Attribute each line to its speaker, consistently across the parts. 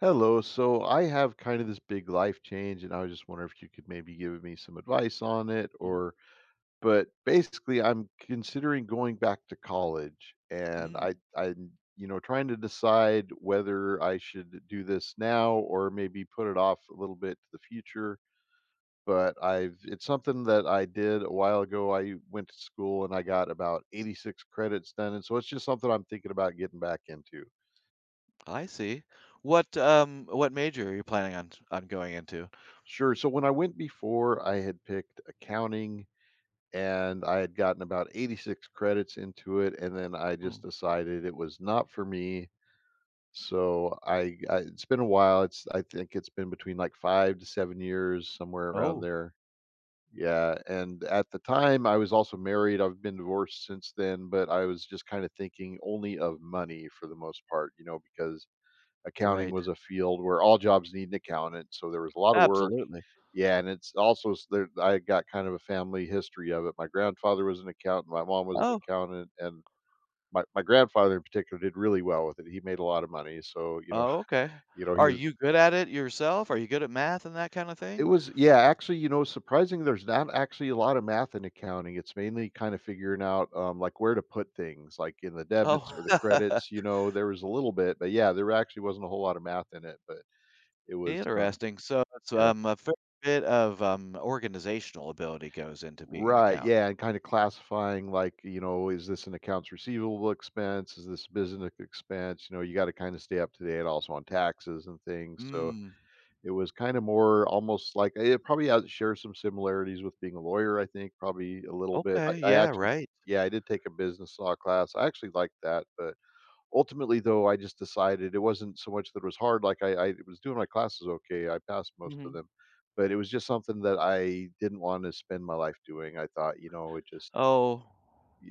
Speaker 1: Hello. So I have kind of this big life change, and I was just wondering if you could maybe give me some advice on it
Speaker 2: Mhm.
Speaker 1: or but basically I'm considering going back to college and I
Speaker 2: Mm,
Speaker 1: I trying to decide whether I should do this now or maybe put it off a little bit to the future. But I've it's something that I did a while ago. I went to school and I got about 86 credits done, and so it's just something I'm thinking about getting back into.
Speaker 2: I see. What major are you planning on going into?
Speaker 1: Sure. So when I went before, I had picked accounting and I had gotten about 86 credits into it. And then I
Speaker 2: Mm.
Speaker 1: just decided it was not for me. So I it's been a while. It's I think it's been between like 5 to 7 years, somewhere around
Speaker 2: Oh,
Speaker 1: there. Yeah. And at the time I was also married. I've been divorced since then, but I was just kind of thinking only of money for the most part, you know, because accounting
Speaker 2: right.
Speaker 1: was a field where all jobs need an accountant. So there was a lot of work,
Speaker 2: Absolutely.
Speaker 1: yeah, and it's also s there, I got kind of a family history of it. My grandfather was an accountant, my mom was an
Speaker 2: Oh,
Speaker 1: accountant, and my grandfather in particular did really well with it. He made a lot of money, so,
Speaker 2: oh, okay.
Speaker 1: you know, he
Speaker 2: Are
Speaker 1: was
Speaker 2: you good at it yourself? Are you good at math and that kind of
Speaker 1: it
Speaker 2: thing?
Speaker 1: was yeah, actually, surprising, there's not actually a lot of math in accounting. It's mainly kind of figuring out, like, where to put things, like, in the debits
Speaker 2: Oh,
Speaker 1: or the credits, there was a little bit, but, yeah, there actually wasn't a whole lot of math in it, but it was, um
Speaker 2: interesting. So it's
Speaker 1: yeah.
Speaker 2: a fair bit of organizational ability goes into being an
Speaker 1: Right,
Speaker 2: accountant.
Speaker 1: yeah, and kinda classifying, like, is this an accounts receivable expense? Is this business expense? You gotta kinda stay up to date also on taxes and things, so
Speaker 2: Mm,
Speaker 1: it was kinda more almost like, eh, it probably has shares some similarities with being a lawyer, I think, probably a little bit.
Speaker 2: okay,
Speaker 1: I
Speaker 2: yeah,
Speaker 1: actually,
Speaker 2: right.
Speaker 1: yeah, I did take a business law class. I actually liked that, but ultimately, though, I just decided it wasn't so much that it was hard, like, I was doing my classes okay, I passed most of them, but it was just something that I didn't wanna spend my life doing, I thought, you know, it just
Speaker 2: Oh,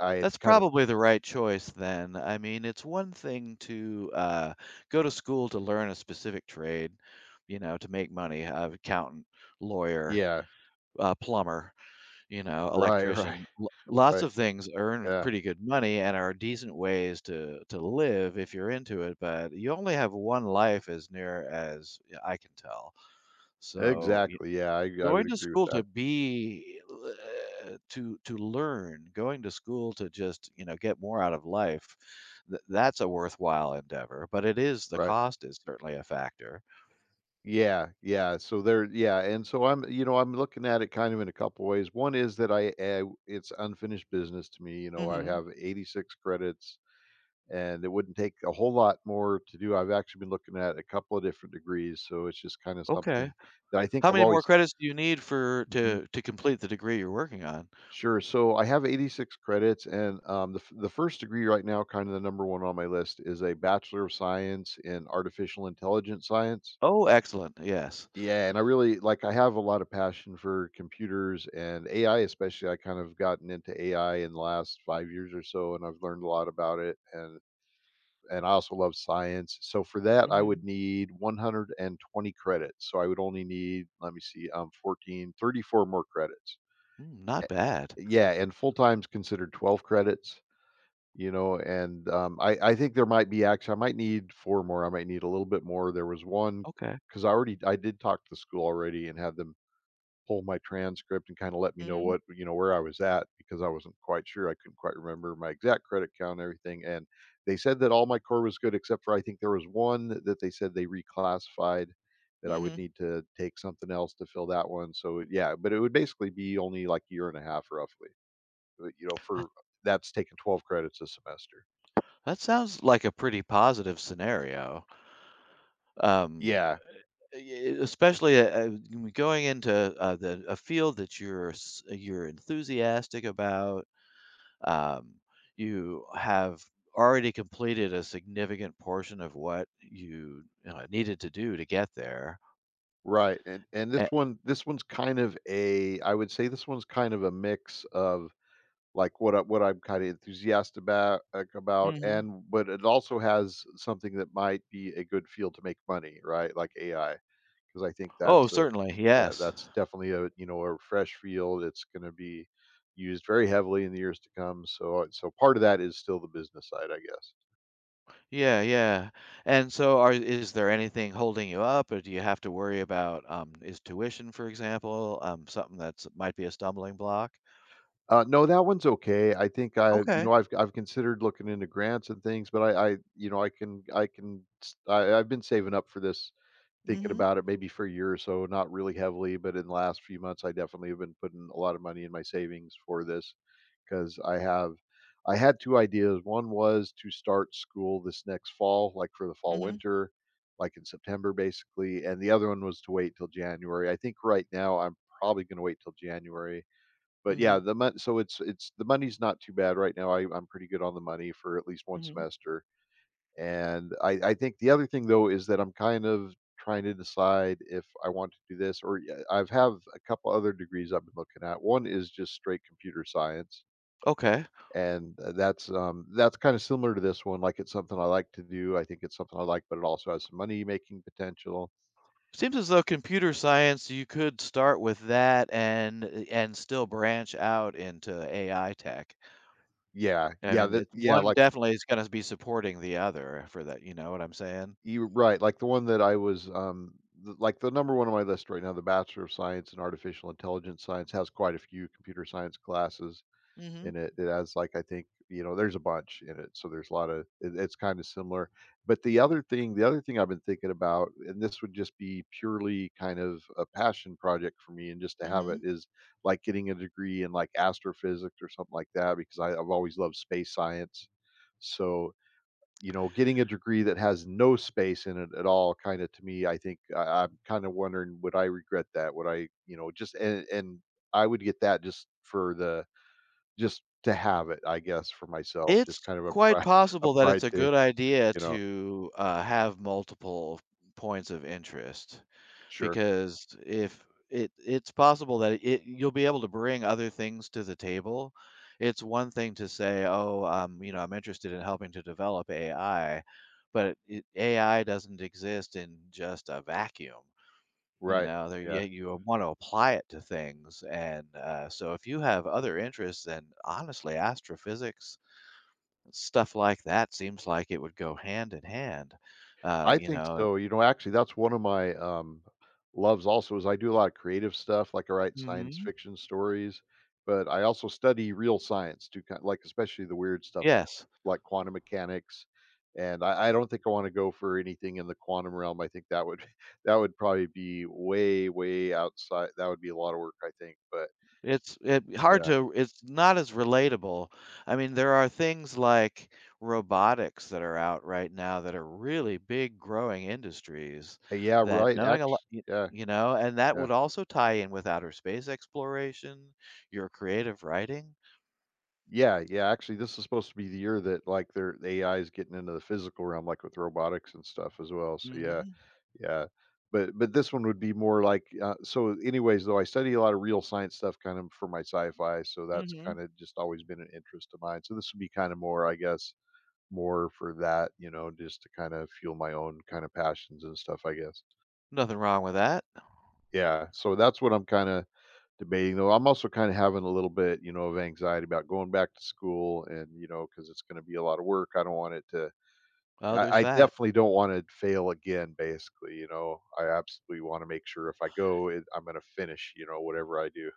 Speaker 1: I had
Speaker 2: that's
Speaker 1: kind of
Speaker 2: probably the right choice then. I mean, it's one thing to go to school to learn a specific trade, you know, to make money, accountant, lawyer,
Speaker 1: Yeah.
Speaker 2: plumber, you know,
Speaker 1: Right, right,
Speaker 2: electrician. Lots
Speaker 1: right,
Speaker 2: of things earn
Speaker 1: yeah.
Speaker 2: pretty good money and are decent ways to live if you're into it, but you only have one life as near as yeah, I can tell. So,
Speaker 1: Exactly, yeah, I
Speaker 2: going
Speaker 1: would
Speaker 2: to
Speaker 1: agree with
Speaker 2: school
Speaker 1: that,
Speaker 2: to be to learn, going to school to just, you know, get more out of life, th that's a worthwhile endeavor, but it is the
Speaker 1: right.
Speaker 2: cost is certainly a factor.
Speaker 1: Yeah, yeah, so there yeah, and so I'm I'm looking at it kind of in a couple ways. One is that I, eh it's unfinished business to me, you know, I
Speaker 2: Mhm.
Speaker 1: have 86 credits and it wouldn't take a whole lot more to do. I've actually been looking at a couple of different degrees, so it's just kind of
Speaker 2: Okay.
Speaker 1: something that I think
Speaker 2: How
Speaker 1: I've
Speaker 2: many more
Speaker 1: always
Speaker 2: credits do you need for
Speaker 1: Mhm.
Speaker 2: to complete the degree you're working on?
Speaker 1: Sure. So I have 86 credits, and the the first degree right now, kind of the number one on my list, is a Bachelor of Science in Artificial Intelligence Science.
Speaker 2: Oh, excellent, yes.
Speaker 1: Yeah, and I really like I have a lot of passion for computers and AI especially. I kind of gotten into AI in the last 5 years or so, and I've learned a lot about it, and I also love science. So for that, I
Speaker 2: Mhm.
Speaker 1: would need 120 credits. So I would only need, let me see, 34 more credits.
Speaker 2: Mm, not
Speaker 1: A-
Speaker 2: bad.
Speaker 1: Yeah, and full time's considered 12 credits. And I think there might be actually, I might need four more. I might need a little bit more. There was one,
Speaker 2: Okay.
Speaker 1: because I did talk to the school already and have them pull my transcript and kinda let me know,
Speaker 2: Mhm,
Speaker 1: where I was at, because I wasn't quite sure, I couldn't quite remember my exact credit count and everything, and they said that all my core was good except for I think there was one that they said they reclassified, that I would
Speaker 2: mhm.
Speaker 1: need to take something else to fill that one, so, yeah, but it would basically be only like a year and a half roughly, but, you know,
Speaker 2: That
Speaker 1: for that's taking 12 credits a semester.
Speaker 2: that sounds like a pretty positive scenario. Um
Speaker 1: Yeah,
Speaker 2: E e especially, g going into, the a field that you're s you're enthusiastic about, um, you have already completed a significant portion of what you, needed to do to get there.
Speaker 1: right, and this
Speaker 2: A
Speaker 1: one this one's kind of a, I would say this one's kind of a mix of what I'm kinda enthusiastic about,
Speaker 2: Mhm.
Speaker 1: and but it also has something that might be a good field to make money, right? Like AI, because I think
Speaker 2: Oh,
Speaker 1: that's a
Speaker 2: certainly,
Speaker 1: yeah,
Speaker 2: yes.
Speaker 1: that's definitely a fresh field. It's gonna be used very heavily in the years to come, so, so part of that is still the business side, I guess.
Speaker 2: Yeah, yeah, and so are is there anything holding you up, or do you have to worry about, is tuition, for example, something that's might be a stumbling block?
Speaker 1: No, that one's okay. I think I
Speaker 2: Okay.
Speaker 1: I've considered looking into grants and things, but I I can s I've been saving up for this, thinking
Speaker 2: Mhm.
Speaker 1: about it maybe for a year or so, not really heavily, but in the last few months I definitely have been putting a lot of money in my savings for this, because I had two ideas. One was to start school this next fall, like for the fall
Speaker 2: Mhm.
Speaker 1: winter, like in September basically, and the other one was to wait till January. I think right now I'm probably going to wait till January. But yeah,
Speaker 2: Mhm.
Speaker 1: the month so it's the money's not too bad right now. I'm pretty good on the money for at least one
Speaker 2: Mhm.
Speaker 1: semester, and I think the other thing, though, is that I'm kind of trying to decide if I want to do this, or yeah, I've have a couple other degrees I've been looking at. One is just straight computer science,
Speaker 2: Okay.
Speaker 1: and that's kinda similar to this one, like, it's something I like to do. I think it's something I like, but it also has some money-making potential.
Speaker 2: Seems as though computer science, you could start with that and and still branch out into AI tech.
Speaker 1: Yeah,
Speaker 2: I
Speaker 1: yeah,
Speaker 2: mean,
Speaker 1: that
Speaker 2: it,
Speaker 1: yeah,
Speaker 2: one
Speaker 1: like,
Speaker 2: definitely is going to be supporting the other for that. You know what I'm saying?
Speaker 1: you're right, like, the one that I was, th like, the number 1 on my list right now, the Bachelor of Science in Artificial Intelligence Science, has quite a few computer science classes.
Speaker 2: Mhm.
Speaker 1: And it has, like, I think, there's a bunch in it, so there's a lotta it's kinda similar. But the other thing I've been thinking about, and this would just be purely kind of a passion project for me and just to have it,
Speaker 2: Mhm.
Speaker 1: is, like, getting a degree in, like, astrophysics or something like that, because I've always loved space science. So, getting a degree that has no space in it at all, kinda to me, I think I'm kinda wondering, would I regret that? Would just and I would get that just for the just to have it, I guess, for myself,
Speaker 2: It's
Speaker 1: just kind of a
Speaker 2: quite
Speaker 1: pride a
Speaker 2: possible that it's
Speaker 1: pride
Speaker 2: a
Speaker 1: thing,
Speaker 2: good idea
Speaker 1: you know?
Speaker 2: to have multiple points of interest.
Speaker 1: Sure.
Speaker 2: Because if it it's possible that it you'll be able to bring other things to the table. It's one thing to say, "Oh, you know, I'm interested in helping to develop AI," but it AI doesn't exist in just a vacuum, you
Speaker 1: Right.
Speaker 2: know, there
Speaker 1: Yeah.
Speaker 2: you wanna apply it to things, and, so if you have other interests, and honestly, astrophysics, stuff like that seems like it would go hand in hand,
Speaker 1: I
Speaker 2: you
Speaker 1: think
Speaker 2: know.
Speaker 1: so, actually, that's one of my, loves also, is I do a lot of creative stuff, like, I write science
Speaker 2: Mhm.
Speaker 1: fiction stories, but I also study real science to, especially the weird stuff, like
Speaker 2: Yes.
Speaker 1: like quantum mechanics, and I don't think I wanna go for anything in the quantum realm, I think that would that would probably be way, way outside, that would be a lot of work, I think, but
Speaker 2: It's it hard
Speaker 1: yeah.
Speaker 2: to it's not as relatable. I mean, there are things like robotics that are out right now that are really big growing industries
Speaker 1: Yeah,
Speaker 2: that
Speaker 1: right,
Speaker 2: knowing a lot
Speaker 1: actually,
Speaker 2: y
Speaker 1: yeah,
Speaker 2: you know, and that
Speaker 1: yeah.
Speaker 2: would also tie in with outer space exploration, your creative writing.
Speaker 1: Yeah, yeah, actually, this is supposed to be the year that, like, the AI is getting into the physical realm, like, with robotics and stuff as well, so, yeah,
Speaker 2: Mhm,
Speaker 1: yeah. But this one would be more like, so anyways, though, I study a lot of real science stuff kind of for my sci-fi, so that's
Speaker 2: mhm.
Speaker 1: kinda just always been an interest of mine, so this would be kinda more, I guess, more for that, you know, just to kinda fuel my own kind of passions and stuff, I guess.
Speaker 2: Nothing wrong with that.
Speaker 1: Yeah, so that's what I'm kinda debating. Though, I'm also kinda having a little bit, of anxiety about going back to school, and, you know, because it's gonna be a lot of work. I don't want it to
Speaker 2: Well,
Speaker 1: I
Speaker 2: there's
Speaker 1: I
Speaker 2: that.
Speaker 1: definitely don't wanna fail again, basically, you know? I absolutely wanna make sure if I go, it I'm gonna finish, whatever I do.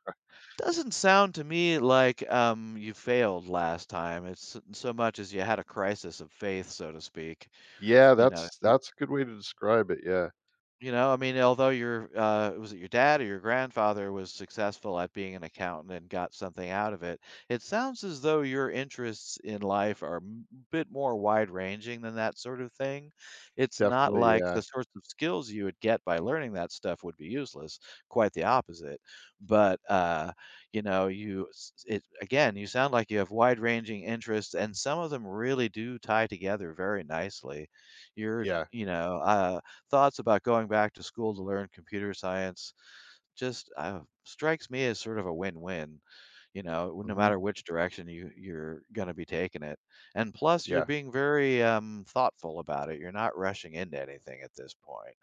Speaker 2: Doesn't sound to me like, you failed last time. It's so so much as you had a crisis of faith, so to speak,
Speaker 1: Yeah,
Speaker 2: you know?
Speaker 1: that's a good way to describe it, yeah.
Speaker 2: You know, I mean, although your was it your dad or your grandfather was successful at being an accountant and got something out of it, it sounds as though your interests in life are a bit more wide-ranging than that sort of thing. It's not
Speaker 1: Definitely,
Speaker 2: like
Speaker 1: yeah.
Speaker 2: the sorts of skills you would get by learning that stuff would be useless, quite the opposite. But you know, you it again, you sound like you have wide-ranging interests, and some of them really do tie together very nicely. You're,
Speaker 1: Yeah.
Speaker 2: you know, thoughts about going back to school to learn computer science just strikes me as sort of a win-win. You know, no
Speaker 1: Mhm.
Speaker 2: matter which direction you you're going to be taking it, and plus you're
Speaker 1: Yeah.
Speaker 2: being very thoughtful about it. You're not rushing into anything at this point.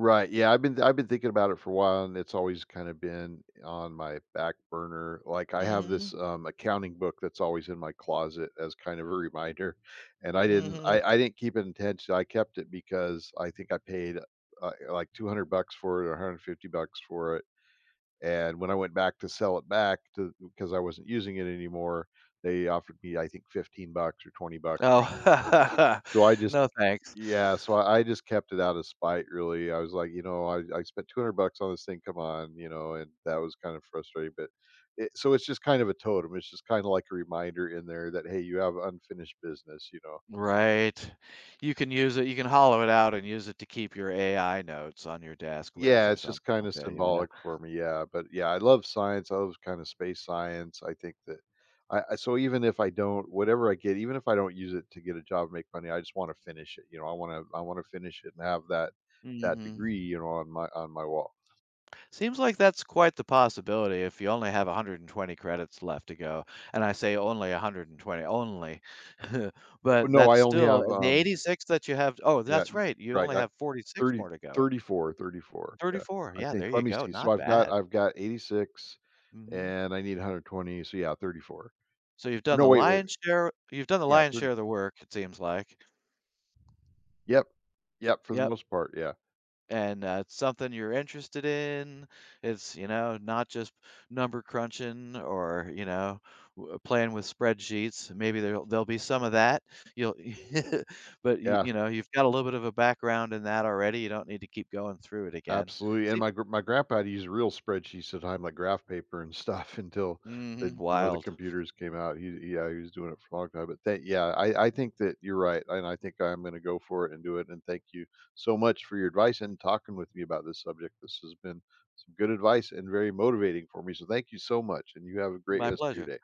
Speaker 1: Right, yeah, I've been thinking about it for a while, and it's always kinda been on my back burner, like, I have
Speaker 2: Mhm.
Speaker 1: this, accounting book that's always in my closet as kind of a reminder, and I didn't
Speaker 2: Mhm.
Speaker 1: I I didn't keep it, intention I kept it, because I think I paid, like, $200 for it, or $150 for it, and when I went back to sell it back, to because I wasn't using it anymore, they offered me, I think, $15 or $20,
Speaker 2: Oh,
Speaker 1: so I just
Speaker 2: no thanks.
Speaker 1: yeah, so I just kept it out of spite, really. I was like, you know, I spent $200 on this thing, come on, you know, and that was kind of frustrating, but so it's just kind of a totem. It's just kind of like a reminder in there that, hey, you have unfinished business, you know.
Speaker 2: Right. You can use it. You can hollow it out and use it to keep your AI notes on your desk with
Speaker 1: Yeah,
Speaker 2: or
Speaker 1: it's
Speaker 2: something
Speaker 1: just kinda
Speaker 2: like that, you know.
Speaker 1: symbolic for me, yeah, but, yeah, I love science, I love kinda space science, I think that I even if I don't whatever I get, even if I don't use it to get a job and make money, I just wanna finish it, I wanna finish it and have that
Speaker 2: Mhm.
Speaker 1: degree, on my wall.
Speaker 2: Seems like that's quite the possibility if you only have 120 credits left to go, and I say only 120, only,
Speaker 1: Well,
Speaker 2: but
Speaker 1: no,
Speaker 2: that's
Speaker 1: I only
Speaker 2: still
Speaker 1: have,
Speaker 2: the 86 that you have oh,
Speaker 1: yeah,
Speaker 2: that's
Speaker 1: y
Speaker 2: right, you
Speaker 1: right,
Speaker 2: only
Speaker 1: I
Speaker 2: have 46
Speaker 1: 30
Speaker 2: more to go.
Speaker 1: thirty-four. Yeah,
Speaker 2: 34,
Speaker 1: I
Speaker 2: yeah,
Speaker 1: think,
Speaker 2: there you
Speaker 1: let me
Speaker 2: go,
Speaker 1: see, so
Speaker 2: not
Speaker 1: I've got
Speaker 2: bad.
Speaker 1: 86,
Speaker 2: Mhm.
Speaker 1: and I need 120, so, yeah, 34.
Speaker 2: So
Speaker 1: No, wait, wait, wait,
Speaker 2: you've done the
Speaker 1: yeah,
Speaker 2: lion's share
Speaker 1: 34.
Speaker 2: of the work, it seems like.
Speaker 1: Yep, yep, for the
Speaker 2: Yep.
Speaker 1: most part, yeah.
Speaker 2: And it's something you're interested in. It's, you know, not just number crunching or, you know, playing with spreadsheets. Maybe there'll be some of that. You'll but you,
Speaker 1: Yeah,
Speaker 2: you know, you've got a little bit of a background in that already. You don't need to keep going through it again.
Speaker 1: absolutely, and
Speaker 2: See?
Speaker 1: my grandpa had to use real spreadsheets at the time, like graph paper and stuff, until
Speaker 2: Hmm.
Speaker 1: the, the
Speaker 2: Wild.
Speaker 1: computers came out. He yeah, he was doing it for a long time, but that yeah, I think that you're right, and I think I'm gonna go for it and do it, and thank you so much for your advice and talking with me about this subject. This has been some good advice and very motivating for me, so thank you so much, and you have a great
Speaker 2: My
Speaker 1: rest of your
Speaker 2: pleasure.
Speaker 1: day.